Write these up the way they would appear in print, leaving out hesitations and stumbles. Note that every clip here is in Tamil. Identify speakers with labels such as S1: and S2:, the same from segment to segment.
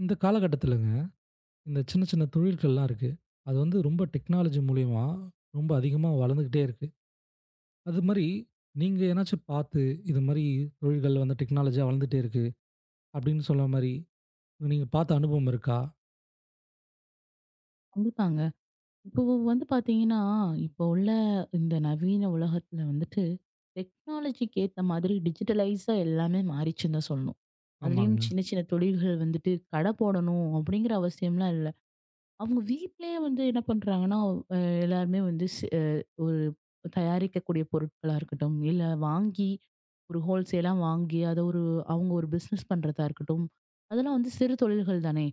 S1: இந்த காலகட்டத்திலங்க, இந்த சின்ன சின்ன தொழில்கள்லாம் இருக்கு. அது வந்து ரொம்ப டெக்னாலஜி மூலியமா ரொம்ப அதிகமா வளர்ந்துகிட்டே இருக்கு. அது மாரி நீங்க எதனாச்சும் பார்த்து, இது மாரி தொழில்கள் வந்து டெக்னாலஜியா வளர்ந்துட்டே இருக்கு அப்படின்னு சொல்ற மாரி, நீங்க பார்த்த அனுபவம் இருக்கா?
S2: கண்டிப்பாங்க. இப்போ வந்து பார்த்தீங்கன்னா, இப்போ உள்ள இந்த நவீன உலகத்துல வந்துட்டு, டெக்னாலஜிக்கு ஏத்த மாதிரி டிஜிட்டலைஸா எல்லாமே மாறிச்சுன்னு தான் சொல்லணும். அதுலயும்
S1: ஆமாங்க.
S2: சின்ன சின்ன தொழில்கள் வந்துட்டு கடை போடணும் அப்படிங்கிற அவசியம்லாம் இல்ல. அவங்க வீட்லயே வந்து என்ன பண்றாங்கன்னா, அ எல்லாருமே வந்து ஸ் அ ஒரு தயாரிக்கக்கூடிய பொருட்களா இருக்கட்டும், இல்ல வாங்கி ஒரு ஹோல்சேலா வாங்கி அத ஒரு அவங்க ஒரு பிசினஸ் பண்றதா இருக்கட்டும், அதெல்லாம் வந்து சிறு தொழில்கள் தானே!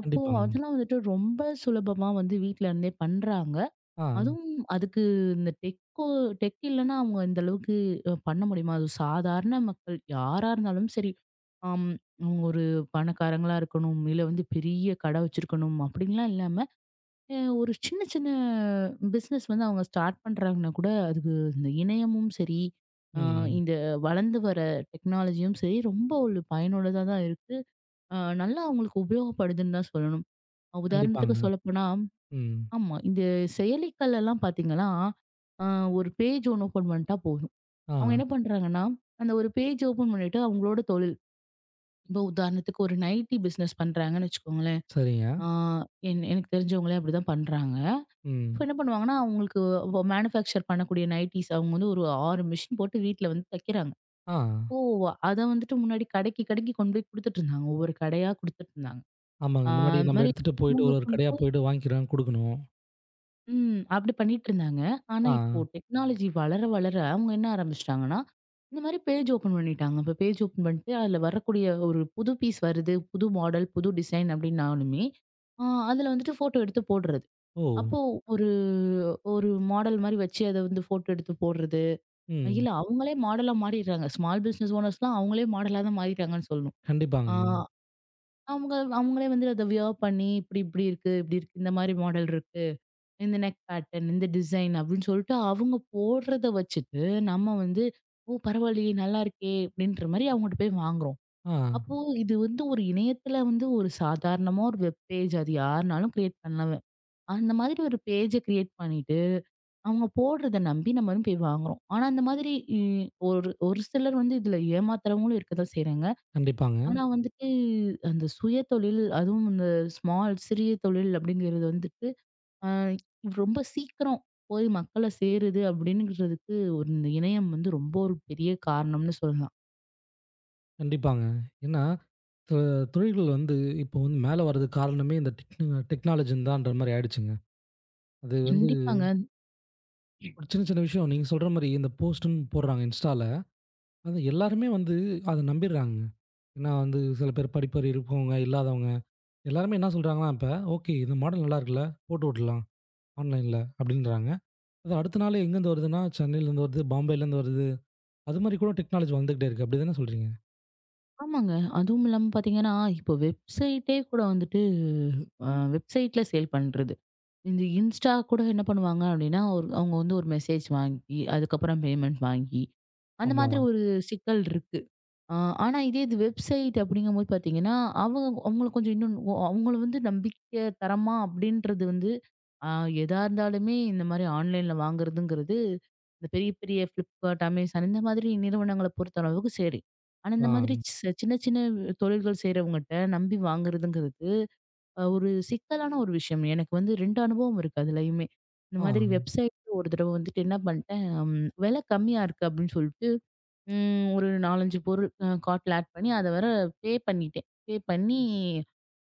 S2: அப்போ
S1: கண்டிப்பாங்க.
S2: அதெல்லாம் வந்துட்டு ரொம்ப சுலபமா வந்து வீட்ல இருந்தே பண்றாங்க.
S1: ஆ.
S2: அதுவும் அதுக்கு இந்த டெக் இல்லன்னா அவங்க இந்த அளவுக்கு பண்ண முடியுமா? அது சாதாரண மக்கள் யாரா இருந்தாலும் சரி, ஆம் அவங்க ஒரு பணக்காரங்களா இருக்கணும், இல்ல வந்து பெரிய கடை வச்சிருக்கணும் அப்படின்லாம் இல்லாம ஒரு சின்ன சின்ன பிசினஸ் வந்து அவங்க ஸ்டார்ட் பண்றாங்கன்னா கூட, அதுக்கு இந்த இணையமும் சரி, அ
S1: ம்.
S2: இந்த வளர்ந்து வர டெக்னாலஜியும் சரி, ரொம்ப ஒரு பயனுள்ளதா தான் இருக்கு. அ நல்லா அவங்களுக்கு உபயோகப்படுதுன்னு தான் சொல்லணும். உதாரணத்துக்கு
S1: கண்டிப்பாங்க.
S2: சொல்லப்போனா
S1: ம்.
S2: ஆமா. இந்த செயலிகள்லலாம் பார்த்தீங்கன்னா, அ ஒரு பேஜ் ஒண்ணு ஓப்பன் பண்ணிட்டா போதும்.
S1: ஆ.
S2: அவங்க என்ன பண்றாங்கன்னா, அந்த ஒரு பேஜ் ஓப்பன் பண்ணிட்டு அவங்களோட தொழில் இப்போ உதாரணத்துக்கு ஒரு நைட்டி பிசினஸ் பண்றாங்கன்னு வச்சுக்கோங்களேன்.
S1: சரிங்க.
S2: அ என் எனக்கு தெரிஞ்சவங்களே அப்படிதான் பண்றாங்க. இப்ப
S1: ம்.
S2: என்ன பண்ணுவாங்கன்னா, அவங்களுக்கு மேனுஃபேக்சர் பண்ணக்கூடிய நைட்டீஸ் அவங்க வந்து ஒரு 6 மிஷின் போட்டு வீட்ல வந்து தைக்கிறாங்க.
S1: ஆ.
S2: ஓ! அத வந்துட்டு முன்னாடி கடைக்கு கொண்டு போய் குடுத்துட்டுருந்தாங்க. ஒவ்வொரு கடையா குடுத்துட்டுருந்தாங்க.
S1: ஆமாங்க.
S2: ஆ
S1: முன்னாடி
S2: அது
S1: நம்ம
S2: மாரி
S1: எடுத்துட்டு போயிட்டு
S2: அவங்க
S1: ஒரு ஒரு
S2: கொண்டு
S1: கடையா
S2: போய்
S1: போயிட்டு வாங்கிக்கிறோம், குடுக்கணும்.
S2: அப்படி பண்ணிட்டுருந்தாங்க. ஆனா,
S1: ஆ.
S2: இப்போ டெக்னாலஜி வளர, வளர அவங்க என்ன ஆரம்பிச்சுட்டாங்கன்னா, இந்த மாரி பேஜ் ஓப்பன் பண்ணிட்டாங்க. இப்ப பேஜ் ஓப்பன் பண்ணிட்டு அதுல வரக்கூடிய ஒரு புது பீஸ் வருது, புது மாடல், புது டிசைன் அப்படின்னாலுமே, ஆ அதுல வந்துட்டு ஃபோட்டோ எடுத்து போடுறது.
S1: ஓ!
S2: அப்போ ஒரு ஒரு மாடல் மாரி வச்சு அத வந்து ஃபோட்டோ எடுத்து போடுறது.
S1: ம்.
S2: இல்ல அவங்களே மாடலா மாறிடுறாங்க. ஸ்மால் பிசினஸ் ஓனர்ஸ்லாம் அவங்களே மாடலா தான் மாறிட்டாங்கன்னு சொல்லணும். ஆ
S1: கண்டிப்பாங்கங்க.
S2: அவங்களே வந்து அத வியர் பண்ணி இப்டி இப்டி இருக்கு, இப்டி இருக்கு. இந்த மாரி மாடல் இருக்கு. இந்த நெக் பேட்டர்ன், இந்த டிசைன் அப்டின்னு சொல்லிட்டு அவங்க போடுறத வச்சுட்டு, நம்ம வந்து ஓ! பரவாயில்லயே நல்லா இருக்கே! அப்டின்ற மாரி அவங்ககிட்ட போய் வாங்குறோம்.
S1: ஆ.
S2: அப்போ இது வந்து ஒரு இணையத்துல வந்து ஒரு சாதாரணமா ஒரு வெப் பேஜ் அது யாருனாலும் கிரியேட் பண்ணலாம். அந்த மாதிரி ஒரு பேஜ கிரியேட் பண்ணிட்டு அவங்க போடுறத நம்பி நம்ம வந்து போய் வாங்குறோம். ஆனா அந்த மாதிரி இ ஒரு ஒரு சிலர் வந்து இதுல ஏமாத்துறவங்களும் இருக்க தான் செய்றாங்க.
S1: கண்டிப்பாங்க.
S2: ஆனா வந்துட்டு அந்த சுயதொழில், அதுவும் இந்த ஸ்மால் சிறிய தொழில் அப்படிங்கிறது வந்துட்டு, அ ரொம்ப சீக்கிரம் போய் மக்கள சேருது அப்படிங்கிறதுக்கு ஒரு இந்த இணையம் வந்து ரொம்ப ஒரு பெரிய காரணம்னு சொல்லலாம்.
S1: கண்டிப்பாங்க. ஏன்னா, சில தொழில்கள் வந்து இப்போ வந்து மேல வர்றதுக்கு காரணமே இந்த டெக்னாலஜின்னு தான்ற மாரி ஆயிடுச்சுங்க. அது வந்து
S2: கண்டிப்பாங்க.
S1: ஒரு சின்ன, சின்ன விஷயம் நீங்க சொல்ற மாரி இந்த போஸ்ட்டுன்னு போடுறாங்க இன்ஸ்டால. அது எல்லாருமே வந்து அத நம்பிர்றாங்க. ஏன்னா வந்து சில பேர் படிப்பறிவு இருக்கவங்க, இல்லாதவங்க எல்லாருமே என்ன சொல்றாங்கன்னா, இப்ப "ஓகே இந்த மாடல் நல்லா இருக்குல்ல, போட்டு விட்டுடலாம் ஆன்லைன்ல" அப்படின்றாங்க. அது அடுத்த நாள் எங்கேருந்து வருதுன்னா, சென்னையிலேருந்து வருது, பாம்பேலேருந்து வருது. அது மாரி கூட டெக்னாலஜி வந்துகிட்டே இருக்கு. அப்படி தானே சொல்றீங்க?
S2: ஆமாங்க. அதுவும் இல்லாம பார்த்தீங்கன்னா, இப்போ வெப்சைட்டே கூட வந்துட்டு வெப்சைட்ல சேல் பண்றது. இந்த இன்ஸ்டா கூட என்ன பண்ணுவாங்க அப்டின்னா, ஒரு அவங்க வந்து ஒரு மெசேஜ் வாங்கி, அதுக்கப்புறம் பேமெண்ட் வாங்கி, அந்த
S1: ஆமா.
S2: மாதிரி ஒரு சிக்கல் இருக்கு. ஆ, ஆனா இது வெப்சைட் அப்படிங்கும்போது பாத்தீங்கன்னா, அவங்கள கொஞ்சம் இன்னும் அவங்கள வந்து நம்பிக்கை தரமா அப்படின்றது வந்து, ஆ எதா இருந்தாலுமே இந்த மாரி ஆன்லைன்ல வாங்குறதுங்கிறது, இந்த பெரிய பெரிய Flipkart, Amazon இந்த மாதிரி நிறுவனங்கள பொறுத்த அளவுக்கு சரி. ஆனா
S1: ஆ,
S2: இந்த மாதிரி சின்ன சின்ன தொழில்கள் செய்றவங்கட்ட நம்பி வாங்குறதுங்கிறது, ஒரு சிக்கலான ஒரு விஷயம். எனக்கு வந்து 2 அனுபவம் இருக்கு அதுலயுமே. இந்த
S1: ஆ.
S2: மாதிரி வெப்சைட்ல ஒரு தடவ வந்துட்டு என்ன பண்ணிட்டேன், விலை கம்மியா இருக்கு அப்படின்னு சொல்லிட்டு ஒரு 4, 5 பொருள் கார்ட்ல ஆட் பண்ணி, அத வேற பே பண்ணிட்டேன். பே பண்ணி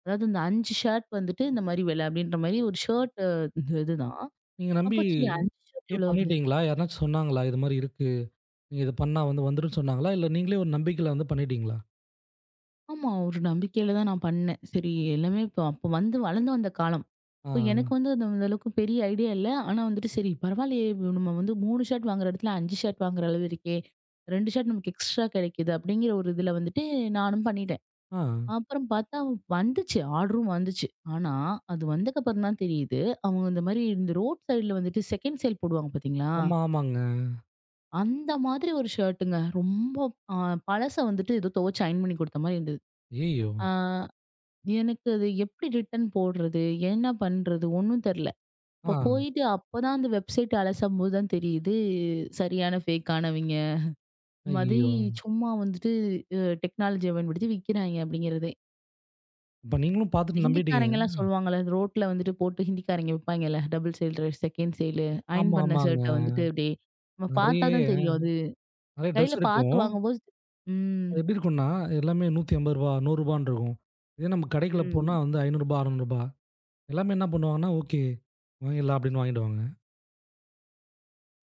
S2: அதாவது இந்த 5 ஷர்ட் வந்துட்டு இந்த மாரி விலை அப்படின்ற மாரி ஒரு ஷர்ட் இந்த இதுதான்.
S1: நீங்க நம்பி
S2: அப்போ சரி 5 ஷர்ட்
S1: பே
S2: இவ்வளோ வருது.
S1: பண்ணிட்டீங்களா? யாருனாச்சும் சொன்னாங்களா? இது மாரி இருக்கு. நீங்க இத பண்ணா வந்து வந்துரும்ன்னு சொன்னாங்களா? இல்ல நீங்களே ஒரு நம்பிக்கையில வந்து பண்ணிட்டீங்களா?
S2: ஆமா. ஒரு நம்பிக்கையில தான் நான் பண்ணேன். சரி எல்லாமே இப்போ அப்போ வந்து வளர்ந்து வந்த காலம்.
S1: ஆ,
S2: இப்போ எனக்கு வந்து அந்த அந்த அளவுக்கு பெரிய ஐடியா இல்ல. ஆனா வந்துட்டு சரி பரவாயில்லையே! இப்ப நம்ம வந்து 3 ஷர்ட் வாங்குற இடத்துல 5 ஷர்ட் வாங்குற அளவு இருக்கே! 2 ஷர்ட் நமக்கு எக்ஸ்ட்ரா கிடைக்குது அப்படிங்கிற ஒரு இதுல வந்துட்டு நானும் பண்ணிட்டேன்.
S1: ஆ.
S2: அப்புறம் பார்த்தா வந்துச்சு. ஆர்டரும் வந்துச்சு. ஆனா, அது வந்ததுக்கப்புறம் தான் தெரியுது. அவங்க இந்த மாரி இந்த ரோட் சைடுல வந்துட்டு செகண்ட் சேல் போடுவாங்க பார்த்தீங்களா?
S1: ஆமா, ஆமாங்க.
S2: அந்த மாதிரி ஒரு ஷர்ட்டுங்க. ரொம்ப அ பழச வந்துட்டு ஏதோ துவச்சு அயர்ன் பண்ணி குடுத்த மாரி இருந்தது.
S1: ஐயய்யோ!
S2: ஆ எனக்கு அது எப்படி ரிட்டர்ன் போடுறது? என்ன பண்றது? ஒண்ணும் தெரியல.
S1: ஆ,
S2: அப்ப போயிட்டு அப்பதான் அந்த வெப்சைட் அலசும்போது தான் தெரியுது, சரியான ஃபேக்கானவங்க. இந்த மாதிரி
S1: ஐயய்யோ!
S2: சும்மா வந்துட்டு டெக்னாலஜிய பயன்படுத்தி விக்கிறாய்ங்க அப்படிங்கிறதே.
S1: அப்ப நீங்களும் பார்த்துட்டு நம்பிட்டீங்க.
S2: ஹிந்திக்காரங்கலாம் சொல்லுவாங்கல்ல, ரோட்ல வந்துட்டு போட்டு ஹிந்திக்காரங்க விப்பாய்ங்கல்ல. Double side, second side, iron
S1: ஆமா,
S2: பண்ண
S1: ஆமாங்க.
S2: ஷர்ட்ட வந்துட்டு அப்படியே நம்ம பார்த்தா
S1: நெறைய
S2: தான் தெரியும். அது
S1: நெறைய ட்ரெஸ்
S2: கையில
S1: இருக்கும்.
S2: பார்த்து வாங்கும்போது ம்,
S1: அது எப்டி இருக்கும்னா, எல்லாமே ரூ. 150, ரூ. 100 இருக்கும். இதே நம்ம கடைக்குள்ள போனா
S2: ம்.
S1: வந்து ரூ. 500, ரூ. 600 எல்லாமே என்ன பண்ணுவாங்கன்னா, ஓகே வாங்கிடலாம் அப்டின்னு வாங்கிடுவாங்க.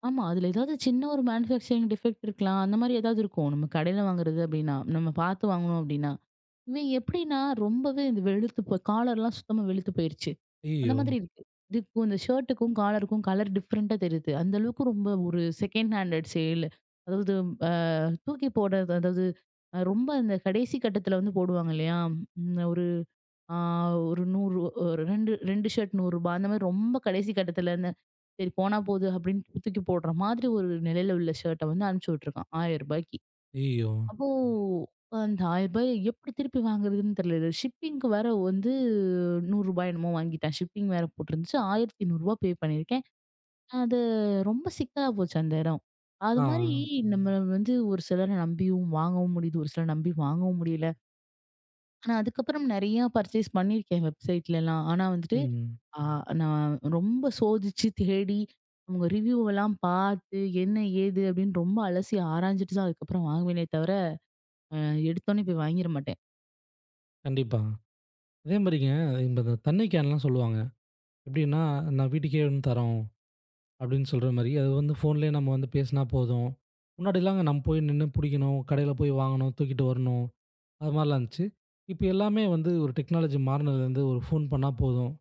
S2: ஆமா. அதுல ஏதாவது சின்ன ஒரு மேனுஃபேக்சரிங் டிஃபெக்ட் இருக்கலாம். அந்த மாரி ஏதாவது இருக்கும். நம்ம கடையில வாங்குறது அப்படின்னா, நம்ம பார்த்து வாங்கணும் அப்படின்னா. இவன் எப்படின்னா, ரொம்பவே இந்த வெளுத்து போ காலர்லாம் சுத்தமா வெளுத்து போயிருச்சு. அந்த
S1: ஐயய்யோ!
S2: மாதிரி இருக்கு. இதுக்கும் இந்த ஷர்ட்டுக்கும், காலருக்கும் கலர் டிஃப்ரெண்ட்டா தெரியுது. அந்த அளவுக்கு ரொம்ப ஒரு செகண்ட் ஹேண்டட் சேல். அதாவது அ தூக்கி போடுறது அதாவது ரொம்ப அந்த கடைசி கட்டத்தில வந்து போடுவாங்க இல்லையா? ம் ஒரு ஆ ஒரு 100 ஒரு 2 ஷர்ட் ரூ. 100 அந்த மாதிரி ரொம்ப கடைசி கட்டத்தில இந்த சரி போனா போது அப்படின்னு தூக்கி போடுற மாதிரி ஒரு நிலையில உள்ள ஷர்ட்ட வந்து அனுப்பிச்சு விட்டுருக்கான் ரூ. 1000க்கு.
S1: ஐயய்யோ!
S2: அப்போ அந்த ரூ. 1000 எப்படி திருப்பி வாங்குறதுன்னு தெரியல. ஷிப்பிங்க்கு வேற வந்து ரூ. 100 என்னமோ வாங்கிட்டேன். ஷிப்பிங் வேற போட்டிருந்துச்சு. ரூ. 1,800 பே பண்ணியிருக்கேன். அது ரொம்ப சிக்கலா போச்சு அந்த இடம். அது
S1: ஆ,
S2: மாரி நம்ம வந்து ஒரு சிலர நம்பியும் வாங்கவும் முடியுது. ஒரு சிலர நம்பி வாங்கவும் முடியல. ஆனா அதுக்கப்புறம் நெறைய பர்ச்சேஸ் பண்ணியிருக்கேன் வெப்சைட்லலாம். ஆனா வந்துட்டு
S1: ம்.
S2: அ நான் ரொம்ப சோதிச்சு தேடி அவங்க ரிவ்யூ எல்லாம் பார்த்து என்ன ஏது அப்படின்னு ரொம்ப அலசி ஆராய்ஞ்சுட்டு தான் அதுக்கப்புறம் வாங்குவேனே தவிர, அ எடுத்தோனே போய் வாங்கிற மாட்டேன்.
S1: கண்டிப்பா. அதே மாரிங்க, இந்த இந்த தண்ணி கேன்லாம் சொல்லுவாங்க. எப்படின்னா, நான் வீட்டுக்கே வந்து தரோம் அப்படின்னு சொல்ற மாரி, அது வந்து ஃபோன்லயே நம்ம வந்து பேசினா போதும். முன்னாடிலாம் நம்ம போய் நின்னு புடிக்கணும், கடையில போய் வாங்கணும், தூக்கிட்டு வரணும், அது மாரிலாம் இருந்துச்சு. இப்போ எல்லாமே வந்து ஒரு டெக்னாலஜி மாறுனதுலேருந்து ஒரு ஃபோன் பண்ணா போதும்.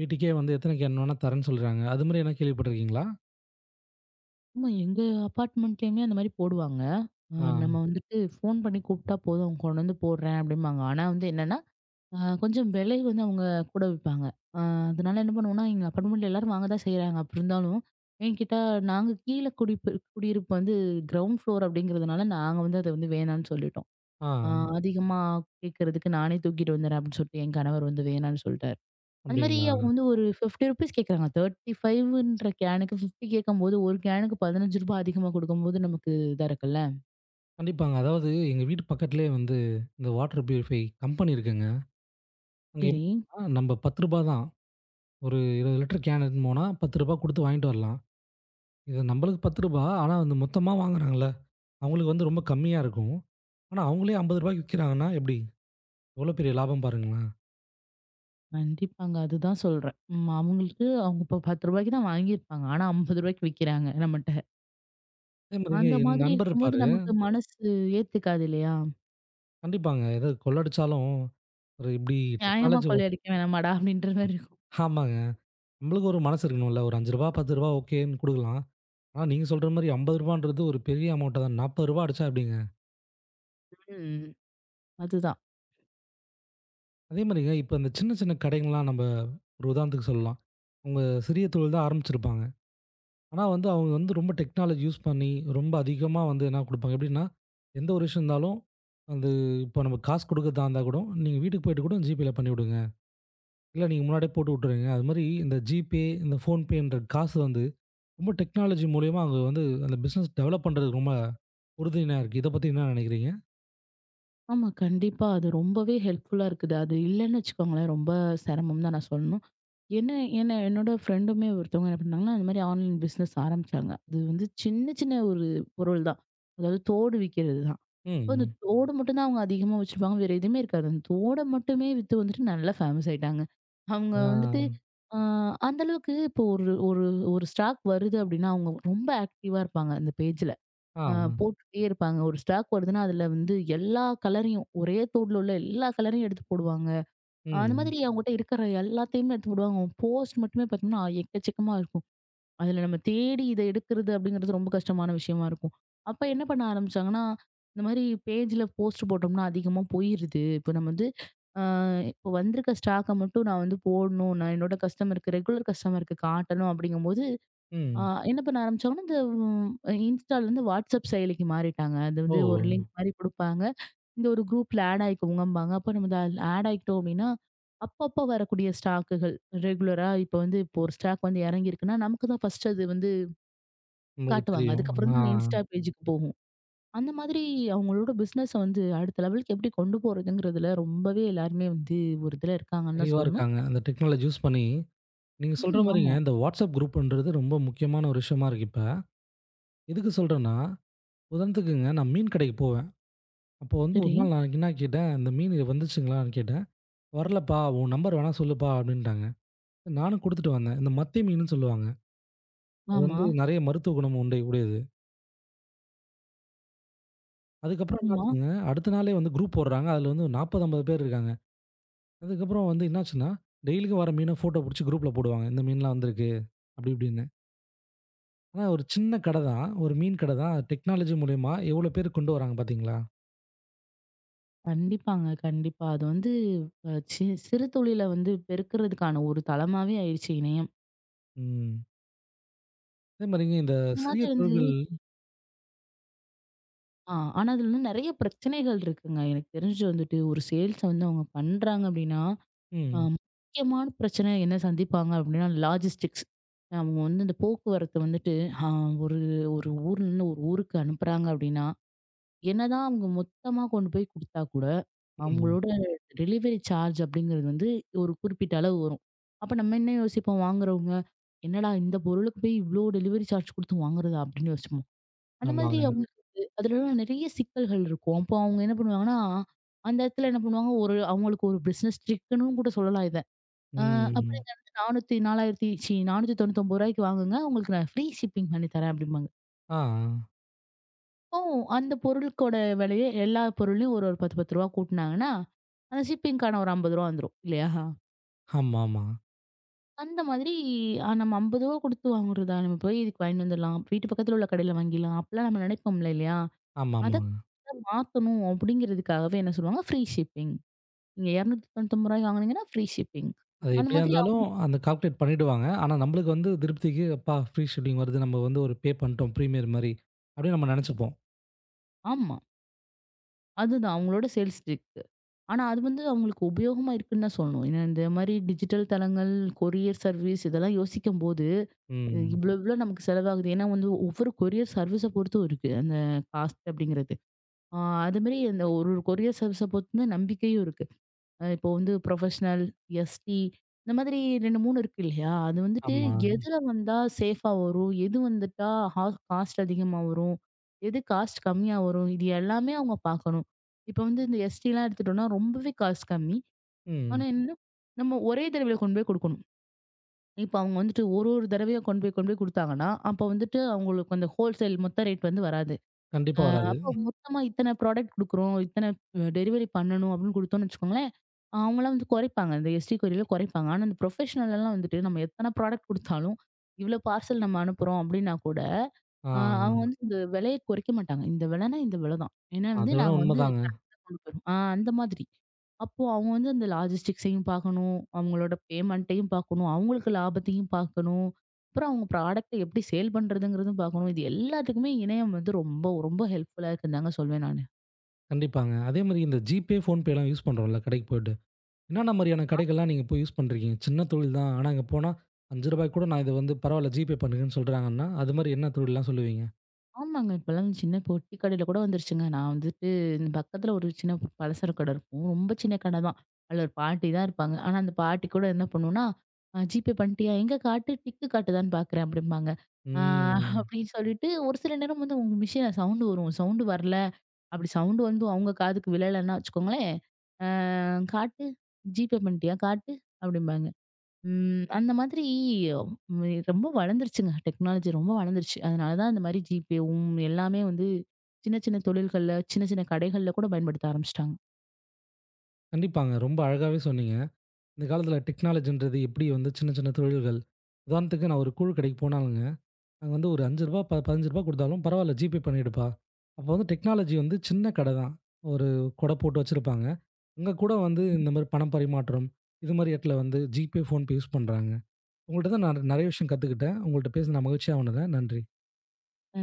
S1: வீட்டுக்கே வந்து எத்தனை கேன் வேணா தரேன்னு சொல்றாங்க. அது மாரி எதனா கேள்விப்பட்டுருக்கீங்களா?
S2: ஆமா. எங்க அபார்ட்மெண்ட்லயுமே அந்த மாரி போடுவாங்க.
S1: ஆ,
S2: நம்ம வந்துட்டு ஃபோன் பண்ணி கூப்பிட்டா போதும், அவங்க கொண்டு வந்து போடுறேன் அப்படிம்பாங்க. ஆனா வந்து என்னன்னா, கொஞ்சம் விலை வந்து அவங்க கூட விப்பாங்க. அ அதனால என்ன பண்ணுவோம்னா, எங்க அபார்ட்மெண்ட்ல எல்லாரும் வாங்க தான் செய்றாங்க. அப்படி இருந்தாலும், என்கிட்ட நாங்க கீழ குடியிருப்பு வந்து கிரவுண்ட் ஃப்ளோர் அப்படிங்கிறதுனால நாங்க வந்து அத வந்து வேணான்னு சொல்லிட்டோம். அ
S1: ஆ
S2: அதிகமா கேட்கறதுக்கு நானே தூக்கிட்டு வந்துடுறேன் அப்படின்னு சொல்லிட்டு என் கணவர் வந்து வேணான்னு சொல்லிட்டாரு. அது மாரி
S1: அப்படிங்களா?
S2: அவங்க வந்து ஒரு ₹50 கேட்கறாங்க. 35ன்ற கேனுக்கு 50 கேட்கும்போது, ஒரு கேனுக்கு ₹15 அதிகமா குடுக்கும்போது நமக்கு இதா இருக்குல்ல.
S1: கண்டிப்பாங்க. அதாவது எங்க வீட்டு பக்கத்திலேயே வந்து இந்த வாட்டர் பியூரிஃபை கம்பெனி இருக்குங்க. அங்க
S2: சரி.
S1: எப்படின்னா, நம்ம ரூ. 10 தான். ஒரு 20 லிட்டர் கேன் எடுத்துன்னு போனா ரூ. 10 குடுத்து வாங்கிட்டு வரலாம். இது நம்மளுக்கு ரூ. 10 ஆனா வந்து மொத்தமா வாங்குறாங்கல்ல, அவங்களுக்கு வந்து ரொம்ப கம்மியா இருக்கும். ஆனா அவங்களே ரூ. 50க்கு விக்கிறாங்கன்னா எப்படி? எவ்வளோ பெரிய லாபம் பாருங்களேன்.
S2: கண்டிப்பாங்க. அதுதான் சொல்றேன். ம். அவங்களுக்கு அவங்க இப்ப ₹10க்கு தான் வாங்கியிருப்பாங்க. ஆனா ₹50க்கு விக்கிறாங்க நம்மட்ட.
S1: அதே மாரி
S2: அந்த
S1: என்
S2: மாதிரி
S1: நண்பர்
S2: இருக்கும்போது
S1: இருப்பாரு.
S2: நமக்கு மனசு ஏத்துக்காது இல்லையா?
S1: கண்டிப்பாங்க. ஏதோ கொள்ளடிச்சாலும் ஒரு இப்படி
S2: நியாயமா
S1: டெக்னாலஜி
S2: கொள்ளையடிக்க வேணாமாடா! அப்படின்ற மாரி இருக்கும்.
S1: ஆமாங்க. நம்மளுக்கு ஒரு மனசு இருக்கணும்ல. ஒரு ரூ. 5 ரூ. 10 ஓகேன்னு குடுக்கலாம். ஆனா நீங்க சொல்ற மாரி ரூ. 50ன்றது ஒரு பெரிய அமௌண்ட்ட தான். ரூ. 40 அடிச்சா எப்படிங்க?
S2: ம். அதுதான்.
S1: அதே மாரிங்க இப்ப இந்த சின்ன சின்ன கடைங்கலாம் நம்ம ஒரு உதாரணத்துக்கு சொல்லலாம். அவங்க சிறிய தொழில் தான் ஆரம்பிச்சிருப்பாங்க. ஆனா வந்து அவங்க வந்து ரொம்ப டெக்னாலஜி யூஸ் பண்ணி, ரொம்ப அதிகமா வந்து என்ன குடுப்பாங்க எப்படின்னா, எந்த ஒரு விஷயம் இருந்தாலும், அது இப்போ நம்ம காசு குடுக்கறதா இருந்தா கூட, நீங்க வீட்டுக்கு போயிட்டு கூட ஜிபேல பண்ணிவிடுங்க. இல்ல நீங்க முன்னாடியே போட்டு விட்டுருங்க. அது மாரி இந்த ஜிபே, இந்த ஃபோன்பேன்ற காசு வந்து ரொம்ப டெக்னாலஜி மூலியமா அவங்க வந்து அந்த பிசினஸ் டெவலப் பண்றதுக்கு ரொம்ப உறுதுணையா இருக்கு. இத பத்தி என்ன நினைக்கிறீங்க?
S2: ஆமா. கண்டிப்பா. அது ரொம்பவே ஹெல்ப்ஃபுல்லா இருக்குது. அது இல்லன்னு வச்சுக்கோங்களேன், ரொம்ப சிரமம் தான் நான் சொல்லணும். என்ன என்ன என்னோட ஃப்ரெண்டுமே ஒருத்தவங்க என்ன பண்ணாங்கன்னா, அந்த மாரி ஆன்லைன் பிசினஸ் ஆரம்பிச்சாங்க. அது வந்து சின்ன சின்ன ஒரு பொருள் தான். அதாவது தோடு விக்கிறது தான். அப்போ அந்த
S1: ம்.
S2: தோடு மட்டும் தான் அவங்க அதிகமா வச்சிருப்பாங்க. வேற எதுவுமே இருக்காது. அந்த தோட மட்டுமே வித்து வந்துட்டு நல்லா ஃபேமஸ் ஆயிட்டாங்க. அவங்க
S1: ஆ.
S2: வந்துட்டு அ அந்த அளவுக்கு இப்போ ஒரு ஒரு ஒரு ஸ்டாக் வருது அப்படின்னா, அவங்க ரொம்ப ஆக்டிவா இருப்பாங்க அந்த பேஜ்ல.
S1: ஆ.
S2: ஆ போட்டுட்டே இருப்பாங்க. ஒரு ஸ்டாக் வருதுன்னா, அதுல வந்து எல்லா கலரையும், ஒரே தோடுல உள்ள எல்லா கலரையும் எடுத்து போடுவாங்க. அந்த
S1: ம்.
S2: மாதிரி அவங்ககிட்ட இருக்கிற எல்லாத்தையுமே எடுத்து போடுவாங்க. அவங்க போஸ்ட் மட்டுமே பார்த்தீங்கன்னா, எக்கச்சக்கமா இருக்கும். அதுல நம்ம தேடி இத எடுக்கிறது அப்படிங்கிறது ரொம்ப கஷ்டமான விஷயமா இருக்கும். அப்ப என்ன பண்ண ஆரம்பிச்சாங்கன்னா, இந்த மாதிரி பேஜ்ல போஸ்ட் போட்டோம்னா அதிகமா போயிருது. இப்ப நம்ம வந்து ஆ இப்போ வந்திருக்க ஸ்டாக்க மட்டும் நான் வந்து போடணும். நான் என்னோட கஸ்டமருக்கு ரெகுலர் கஸ்டமருக்கு காட்டணும் அப்படிங்கும்போது ஆ
S1: ம்.
S2: என்ன பண்ண ஆரம்பிச்சாங்கன்னா, இந்த இன்ஸ்டாலேருந்து வாட்ஸ்அப் செயலிக்கு மாறிட்டாங்க. அது
S1: ஓ!
S2: வந்து ஒரு லிங்க் மாரி குடுப்பாங்க. இந்த ஒரு குரூப்ல ஆட் ஆயிக்கோங்கம்பாங்க. அப்ப நம்ம அதுல ஆட் ஆயிக்கிட்டோம் அப்டின்னா, அப்பப்ப வரக்கூடிய ஸ்டாக்குகள் ரெகுலரா இப்ப வந்து இப்போ ஒரு ஸ்டாக் வந்து எறங்கியிருக்குன்னா, நமக்கு தான் ஃபர்ஸ்ட் அது வந்து
S1: உங்களுக்கு
S2: காட்டுவாங்க.
S1: தெரியும்.
S2: அதுக்கப்புறம் தான்
S1: ஆ.
S2: அந்த இன்ஸ்டா பேஜுக்கு போகும். அந்த மாதிரி அவங்களோட பிசினஸ வந்து அடுத்த லெவலுக்கு எப்படி கொண்டு போறதுங்கிறதுல ரொம்பவே எல்லாருமே வந்து ஒரு இதுல இருக்காங்கன்னு தான்
S1: தெளிவா
S2: சொல்லணும்.
S1: இருக்காங்க. அந்த டெக்னாலஜி யூஸ் பண்ணி நீங்க சொல்ற
S2: ம்.
S1: மாரிங்க,
S2: ஆமா.
S1: இந்த WhatsApp குரூப்ன்றது ரொம்ப முக்கியமான ஒரு விஷயமா இருக்கு இப்ப. எதுக்கு சொல்றேன்னா, உதாரணத்துக்குங்க நான் மீன் கடைக்கு போவேன். அப்போ வந்து ஒரு
S2: சரி.
S1: நாள் நான் என்ன கேட்டேன், "இந்த மீன் இது வந்துச்சுங்களான்னு?" கேட்டேன். "வரலப்பா, உன் நம்பர் வேணா சொல்லுப்பா" அப்படின்ட்டாங்க. நானும் குடுத்துட்டு வந்தேன். இந்த மத்தி மீனுன்னு சொல்லுவாங்க. அது
S2: ஆமா.
S1: வந்து நெறைய மருத்துவ குணம் உண்டை உடையது. அதுக்கப்புறம்
S2: ஆமா.
S1: என்னாச்சுங்க, அடுத்த நாளே வந்து குரூப் போடுறாங்க. அதுல வந்து 40, 50 பேர் இருக்காங்க. அதுக்கப்புறம் வந்து என்னாச்சுன்னா, டெய்லிக்கும் வர மீன ஃபோட்டோ புடிச்சு குரூப்ல போடுவாங்க. "இந்த மீன்லாம் வந்திருக்கு" அப்படி இப்படின்னு. ஆனா, ஒரு சின்ன கடை தான். ஒரு மீன் கடை தான். டெக்னாலஜி மூலியமா எவ்ளோ பேர் கொண்டு வராங்க பார்த்தீங்களா?
S2: கண்டிப்பாங்க. கண்டிப்பா. அது வந்து அ சி சிறு தொழில வந்து பெருக்குறதுக்கான ஒரு தளமாவே ஆயிருச்சு இணையம்.
S1: ம். அதே மாரிங்க இந்த
S2: இந்த
S1: சிறிய
S2: மாதிரி வந்து
S1: தொழில்கள்
S2: ஆ ஆனா அதுல வந்து நெறைய பிரச்சனைகள் இருக்குங்க. எனக்கு தெரிஞ்சு வந்துட்டு ஒரு சேல்ஸ வந்து அவங்க பண்றாங்க அப்டின்னா,
S1: ம்,
S2: முக்கியமான பிரச்சனை என்ன சந்திப்பாங்க அப்டின்னா, லாஜிஸ்டிக்ஸ். அவங்க வந்து இந்த போக்குவரத்து வந்துட்டு அ ஒரு ஒரு ஊர்லருந்து ஒரு ஊருக்கு அனுப்புறாங்க அப்டின்னா என்னதான் அவங்க மொத்தமா கொண்டு போய் குடுத்தா கூட,
S1: ம்.
S2: அவங்களோட டெலிவரி சார்ஜ் அப்படிங்கிறது வந்து ஒரு குறிப்பிட்ட அளவு வரும். அப்ப நம்ம என்ன யோசிப்போம் வாங்குறவங்க, "என்னடா இந்த பொருளுக்கு போய் இவ்ளோ டெலிவரி சார்ஜ் குடுத்து வாங்குறதா?" அப்படின்னு யோசிப்போம். அந்த மாதிரி
S1: ஆமாங்க.
S2: அவங்களுக்கு அதுலலாம் நெறைய சிக்கல்கள் இருக்கும். அப்போ அவங்க என்ன பண்ணுவாங்கன்னா, அந்த இடத்துல என்ன பண்ணுவாங்க, ஒரு அவங்களுக்கு ஒரு பிசினஸ் ட்ரிக்குன்னும் கூட சொல்லலாம் இத. அ அப்புறம்
S1: ம்.
S2: இத வந்து 400 4000 ச்சீ ரூ. 499 வாங்குங்க உங்களுக்கு நான் ஃப்ரீ ஷிப்பிங் பண்ணி தரேன் அப்படிம்பாங்க.
S1: ஆ,
S2: ஓ! அந்த பொருளுக்கோட விலையே எல்லா பொருளையும் ஒரு ஒரு ரூ. 10, 10 கூட்டுனாங்கன்னா, அந்த ஷிப்பிங்க்கான ஒரு ரூ. 50 வந்துரும் இல்லையா?
S1: ஆமாமா.
S2: அந்த மாதிரி நம்ம ரூ. 50 குடுத்து வாங்குறதா? நம்ம போய் இதுக்கு வாங்கிட்டு வந்துடலாம். வீட்டு பக்கத்துல உள்ள கடையில வாங்கிடலாம். அப்பலாம் நம்ம நினைப்போம்ல இல்லையா? அத
S1: ஆமாமாங்க.
S2: மாத்தணும் அப்படிங்கிறதுக்காகவே என்ன சொல்லுவாங்க, ஃப்ரீ ஷிப்பிங். நீங்க ரூ. 299 வாங்குனீங்கன்னா ஃப்ரீ ஷிப்பிங்.
S1: அது
S2: அந்த
S1: எப்டியா
S2: மாதிரி
S1: இருந்தாலும்
S2: அவங்க-
S1: அந்த கால்குலேட் பண்ணிடுவாங்க. ஆனா, நம்மளுக்கு வந்து திருப்திக்கு அப்பா! ஃப்ரீ ஷிப்பிங் வருது. நம்ம வந்து ஒரு பே பண்ணிட்டோம். பிரீமியர் மாரி. அப்டின்னு நம்ம நெனச்சுப்போம்.
S2: ஆமா. அதுதான் அவங்களோட சேல்ஸ் ட்ரிக். ஆனா அது வந்து அவங்களுக்கு உபயோகமா இருக்குன்னு தான் சொல்லணும். ஏன்னா இந்த மாதிரி டிஜிட்டல் தளங்கள், கொரியர் சர்வீஸ் இதெல்லாம் யோசிக்கும்போது
S1: ம்.
S2: இவ்ளோ இவ்ளோ நமக்கு செலவாகுது. ஏன்னா வந்து ஒவ்வொரு கொரியர் சர்வீஸ பொறுத்தும் இருக்கு. அந்த காஸ்ட் அப்படிங்கிறது. ஆ அது மாரி அந்த ஒரு ஒரு கொரியர் சர்வீஸ பொறுத்து தான் நம்பிக்கையும் இருக்கு. இப்போ வந்து புரொஃபஷனல், எஸ்டி இந்த மாதிரி 2, 3 இருக்கு இல்லையா? அது வந்துட்டு
S1: ஆமா.
S2: எதுல வந்தா சேஃபா வரும்? எது வந்துட்டா ஹா காஸ்ட் அதிகமா வரும்? எது காஸ்ட் கம்மியா வரும்? இது எல்லாமே அவங்க பார்க்கணும். இப்போ வந்து இந்த எஸ்டிலாம் எடுத்துட்டோம்னா ரொம்பவே காஸ்ட் கம்மி. ஆனா
S1: ம்.
S2: என்ன நம்ம ஒரே தடவையில கொண்டு போய் குடுக்கணும். இப்ப அவங்க வந்துட்டு ஒரு ஒரு தடவையா கொண்டு போய் கொண்டு போய் குடுத்தாங்கன்னா, அப்ப வந்துட்டு அவங்களுக்கு அந்த ஹோல்சேல் மொத்த ரேட் வந்து வராது.
S1: கண்டிப்பா வராது.
S2: அப்போ மொத்தமா இத்தன ப்ராடக்ட் குடுக்குறோம், இத்தன டெலிவரி பண்ணணும் அப்படின்னு குடுத்தோம்னு வச்சுக்கோங்களேன், அவங்கலாம் வந்து குறைப்பாங்க. இந்த எஸ்டி கொரியர்ல குறைப்பாங்க. ஆனா, இந்த ப்ரொஃபஷனல் எல்லாம் வந்துட்டு நம்ம எத்தன ப்ராடக்ட் குடுத்தாலும், இவ்ளோ பார்சல் நம்ம அனுப்புறோம் அப்படின்னா கூட,
S1: ஆ.
S2: அ அவங்க வந்து இந்த விலைய குறைக்க மாட்டாங்க. இந்த விலைனா இந்த விலை தான். ஏன்னா
S1: அத
S2: வந்து
S1: வேணா
S2: நாங்க வந்து
S1: உண்மதாங்க.
S2: கொண்டு போயிரும். அந்த மாதிரி. அப்போ அவங்க வந்து அந்த லாஜிஸ்டிக்ஸையும் பார்க்கணும். அவங்களோட பேமெண்ட்டையும் பார்க்கணும். அவங்களுக்கு லாபத்தையும் பார்க்கணும். அப்புறம் அவங்க ப்ராடக்ட்ட எப்படி சேல் பண்றதுங்கிறதும் பார்க்கணும். இது எல்லாத்துக்குமே இணையம் வந்து ரொம்ப ரொம்ப ஹெல்ப்ஃபுல்லா இருக்குன்னு தாங்க சொல்வேன் நானு.
S1: கண்டிப்பாங்க. அதே மாரி இந்த ஜிபே, ஃபோன்பேலாம் யூஸ் பண்றோம்ல கடைக்கு போயிட்டு. என்னென்ன மாதிரியான கடைகள்லாம் நீங்க போய் யூஸ் பண்றீங்க? சின்ன தொழில் தான். ஆனா அங்க போனா ரூ. 5 கூட நான் இத வந்து பரவால்ல ஜிபே பண்ணுங்கன்னு சொல்றாங்கன்னா, அது மாரி என்ன தொழில்லாம் சொல்லுவீங்க?
S2: ஆமாங்க. இப்பலாம் சின்ன பொட்டி கடையில கூட வந்துருச்சுங்க. நான் வந்துட்டு இந்த பக்கத்துல ஒரு சின்ன பலசர கடை இருக்கும். ரொம்ப சின்ன கடை தான். அதுல ஒரு பாட்டி தான் இருப்பாங்க. ஆனா அந்த பாட்டி கூட என்ன பண்ணுவோம்னா, "ஜிபே பண்ணிட்டியா? எங்க காட்டு, டிக்கு காட்டுதான்னு பார்க்குறேன்" அப்படிம்பாங்க. ஆ
S1: ம்.
S2: அப்படின்னு சொல்லிட்டு ஒரு சில நேரம் வந்து உங்க மிஷின்ல சவுண்டு வரும். சவுண்டு வரல, அப்படி சவுண்டு வந்து அவங்க காதுக்கு விழலன்னா வச்சுக்கோங்களேன், அ "காட்டு, ஜிபே பண்ணிட்டியா? காட்டு" அப்படிம்பாங்க. ம். அந்த மாதிரி ம் ரொம்ப வளர்ந்துருச்சுங்க. டெக்னாலஜி ரொம்ப வளர்ந்துருச்சு. அதனால தான் இந்த மாரி ஜிபேவும் எல்லாமே வந்து சின்ன சின்ன தொழில்கள்ல, சின்ன சின்ன கடைகள்ல கூட பயன்படுத்த ஆரம்பிச்சுட்டாங்க.
S1: கண்டிப்பாங்க. ரொம்ப அழகாவே சொன்னீங்க. இந்த காலத்துல டெக்னாலஜின்றது எப்படி வந்து சின்ன சின்ன தொழில்கள் உதாரணத்துக்கு நான் ஒரு கூழு கடைக்கு போனாலுங்க, அங்க வந்து ஒரு ரூ. 5 ப ரூ. 15 குடுத்தாலும் பரவால்ல ஜிபே பண்ணிடுப்பா. அப்போ வந்து டெக்னாலஜி வந்து சின்ன கடை தான். ஒரு கொடை போட்டு வச்சிருப்பாங்க. அங்க கூட வந்து இந்த மாரி பணம் பரிமாற்றம், இது மாரி இடத்துல வந்து ஜிபே, ஃபோன்பே யூஸ் பண்றாங்க. உங்கள்ட்ட தான் நான் நெறைய விஷயம் கத்துக்கிட்டேன். உங்கள்ட்ட பேசின மகிழ்ச்சியா உணர்றேன். நன்றி.